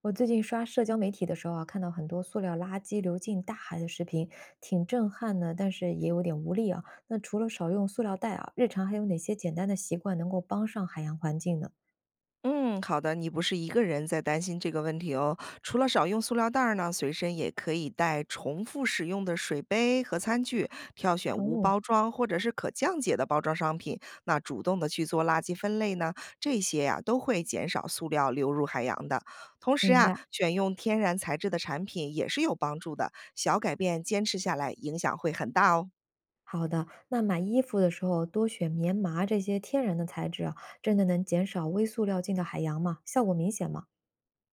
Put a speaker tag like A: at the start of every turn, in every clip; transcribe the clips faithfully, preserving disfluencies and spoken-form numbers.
A: 我最近刷社交媒体的时候啊，看到很多塑料垃圾流进大海的视频，挺震撼的，但是也有点无力啊。那除了少用塑料袋啊，日常还有哪些简单的习惯能够帮上海洋环境呢？
B: 嗯，好的，你不是一个人在担心这个问题哦。除了少用塑料袋儿呢，随身也可以带重复使用的水杯和餐具，挑选无
A: 哦，
B: 包装或者是可降解的包装商品。那主动的去做垃圾分类呢，这些呀、都会减少塑料流入海洋的。同时
A: 明
B: 啊，
A: 白。
B: 选用天然材质的产品也是有帮助的。小改变坚持下来，影响会很大哦。
A: 好的，那买衣服的时候多选棉麻这些天然的材质啊，真的能减少微塑料进到海洋吗？效果明显吗？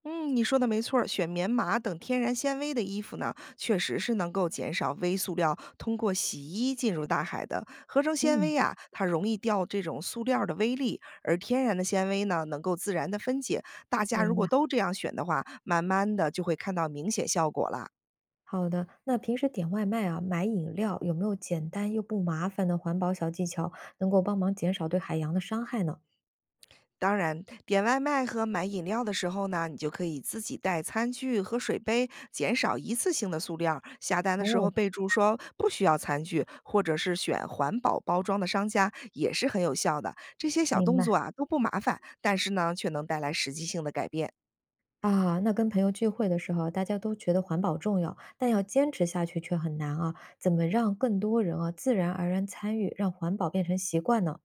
B: 嗯，你说的没错儿选棉麻等天然纤维的衣服呢，确实是能够减少微塑料通过洗衣进入大海的。合成纤维
A: 嗯，
B: 啊，它容易掉这种塑料的微粒，而天然的纤维呢，能够自然的分解。大家如
A: 明
B: 果
A: 白。
B: 都这样选的话，慢慢的就会看到明显效果啦。
A: 好的，那平时点外卖啊，买饮料有没有简单又不麻烦的环保小技巧，能够帮忙减少对海洋的伤害呢？
B: 当然，点外卖和买饮料的时候呢，你就可以自己带餐具和水杯，减少一次性的塑料。下单的时候
A: 哦，
B: 备注说不需要餐具，或者是选环保包装的商家，也是很有效的。这些小
A: 明
B: 动
A: 白。
B: 作啊都不麻烦，但是呢却能带来实际性的改变。
A: 啊，那跟朋友聚会的时候，大家都觉得环保重要，但要坚持下去却很难啊。怎么让更多人啊，自然而然参与，让环保变成习惯呢？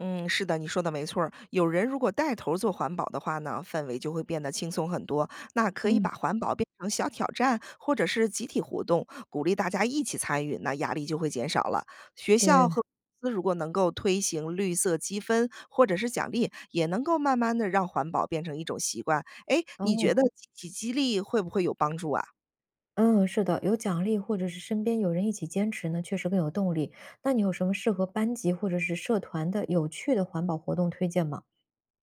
B: 嗯，是的，你说的没错儿。有人如果带头儿做环保的话呢，氛围就会变得轻松很多。那可以把
A: 嗯，
B: 环保变成小挑战，或者是集体活动，鼓励大家一起参与，那压力就会减少了。学校
A: 对，
B: 和公司如果能够推行绿色积分或者是奖励，也能够慢慢的让环保变成一种习惯。哎，你觉得
A: 哦，
B: 集体激励会不会有帮助啊？
A: 嗯，是的，有奖励或者是身边有人一起坚持呢，确实更有动力。那你有什么适合班级或者是社团的有趣的环保活动推荐吗？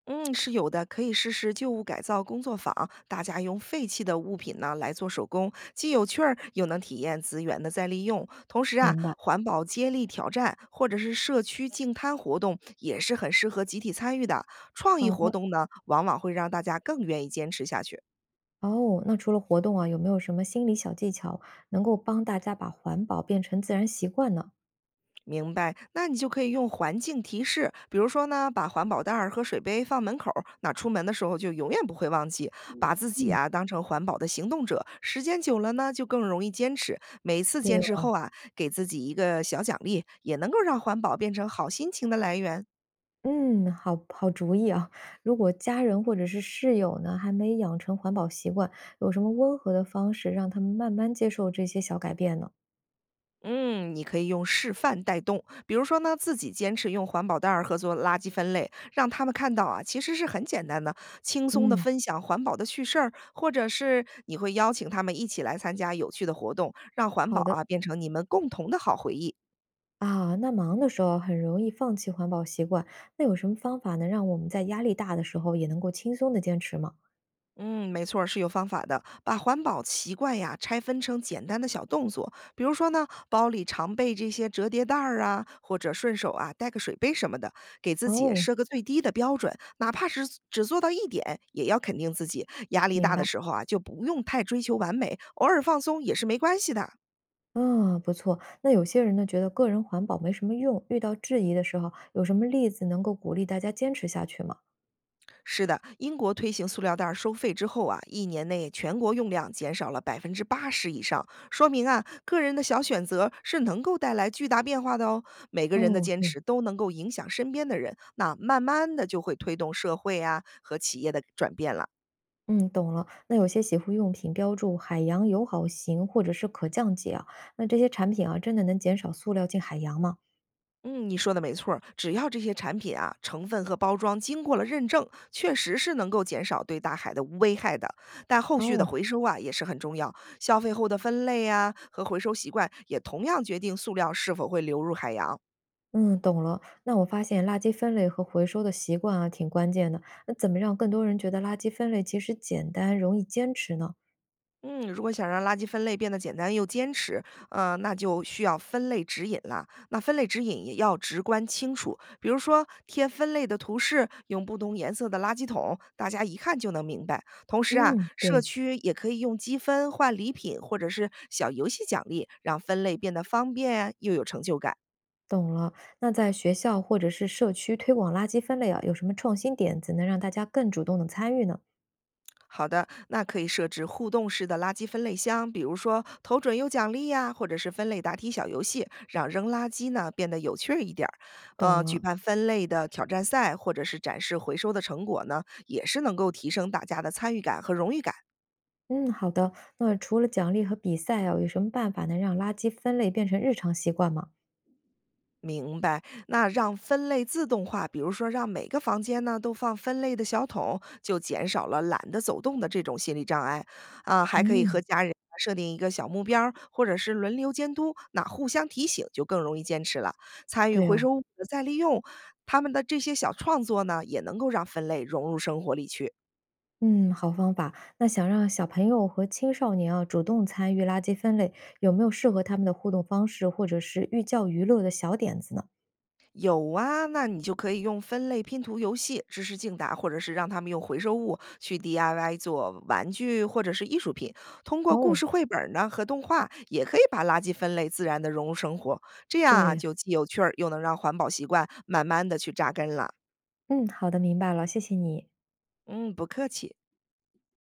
B: 嗯，是有的，可以试试旧物改造工作坊，大家用废弃的物品呢来做手工，既有趣儿，又能体验资源的再利用。同时啊，
A: 明白，
B: 环保接力挑战或者是社区净滩活动也是很适合集体参与的。创意
A: 好
B: 活
A: 的。
B: 动呢，往往会让大家更愿意坚持下去。
A: 哦，那除了活动啊，有没有什么心理小技巧能够帮大家把环保变成自然习惯呢？
B: 明白，那你就可以用环境提示，比如说呢，把环保袋儿和水杯放门口儿那出门的时候就永远不会忘记，把自己
A: 嗯。
B: 啊当成环保的行动者，时间久了呢，就更容易坚持。每次坚
A: 对
B: 持
A: 哦
B: 后啊，给自己一个小奖励，也能够让环保变成好心情的来源。
A: 嗯，好好主意啊！如果家人或者是室友呢，还没养成环保习惯，有什么温和的方式让他们慢慢接受这些小改变呢？
B: 嗯，你可以用示范带动，比如说呢，自己坚持用环保袋儿和做垃圾分类，让他们看到啊，其实是很简单的，轻松的
A: 嗯，
B: 分享环保的趣事儿，或者是你会邀请他们一起来参加有趣的活动，让环保
A: 好的
B: 啊变成你们共同的好回忆。
A: 啊。那忙的时候很容易放弃环保习惯，那有什么方法能让我们在压力大的时候也能够轻松的坚持吗？
B: 嗯，没错儿是有方法的。把环保习惯呀拆分成简单的小动作，比如说呢，包里常备这些折叠袋儿啊，或者顺手啊带个水杯什么的，给自己
A: 哦，
B: 设个最低的标准，哪怕是只做到一点，也要肯定自己。压力
A: 明
B: 大的
A: 白。
B: 时候啊，就不用太追求完美，偶尔放松也是没关系的。
A: 啊，不错。那有些人呢，觉得个人环保没什么用，遇到质疑的时候，有什么例子能够鼓励大家坚持下去吗？
B: 是的，英国推行塑料袋儿收费之后啊，一年内全国用量减少了百分之八十以上，说明啊，个人的小选择是能够带来巨大变化的哦。每个人的
A: 哦，
B: 坚
A: 对。
B: 持都能够影响身边的人，那慢慢的就会推动社会啊和企业的转变了。
A: 嗯，懂了。那有些洗护用品标注“海洋友好型”或者是“可降解”啊，那这些产品啊，真的能减少塑料进海洋吗？
B: 嗯，你说的没错儿只要这些产品啊，成分和包装经过了认证，确实是能够减少对大海的危害的。但后续的
A: 哦，
B: 回收啊也是很重要，消费后的分类啊和回收习惯也同样决定塑料是否会流入海洋。
A: 嗯，懂了。那我发现垃圾分类和回收的习惯啊，挺关键的。那怎么让更多人觉得垃圾分类其实简单、容易坚持呢？
B: 嗯，如果想让垃圾分类变得简单又坚持，呃，那就需要分类指引啦。那分类指引也要直观清楚，比如说贴分类的图示，用不同颜色的垃圾桶，大家一看就能明白。同时啊，
A: 嗯，
B: 社
A: 对，
B: 区也可以用积分换礼品或者是小游戏奖励，让分类变得方便又有成就感。
A: 懂了。那在学校或者是社区推广垃圾分类啊，有什么创新点子能让大家更主动的参与呢？
B: 好的，那可以设置互动式的垃圾分类箱，比如说投准有奖励呀、或者是分类答题小游戏，让扔垃圾呢变得有趣儿一点儿。呃，
A: 懂
B: 举
A: 了。
B: 办分类的挑战赛，或者是展示回收的成果呢，也是能够提升大家的参与感和荣誉感。
A: 嗯，好的。那除了奖励和比赛啊，有什么办法能让垃圾分类变成日常习惯吗？
B: 明白，那让分类自动化，比如说让每个房间呢都放分类的小桶，就减少了懒得走动的这种心理障碍。啊，还可以和
A: 嗯，
B: 家人啊设定一个小目标儿或者是轮流监督，那互相提醒就更容易坚持了。参与
A: 对
B: 回
A: 哦，
B: 收物的再利用，他们的这些小创作呢，也能够让分类融入生活里去。
A: 嗯，好方法。那想让小朋友和青少年啊主动参与垃圾分类，有没有适合他们的互动方式或者是寓教于乐的小点子呢？
B: 有啊，那你就可以用分类拼图游戏、知识竞答，或者是让他们用回收物去 D I Y 做玩具或者是艺术品。通过故
A: 哦，
B: 事绘本儿呢和动画，也可以把垃圾分类自然的融入生活，这样啊
A: 对，
B: 就既有趣儿，又能让环保习惯慢慢的去扎根了。
A: 嗯，好的，明白了，谢谢你。
B: 嗯，不客气。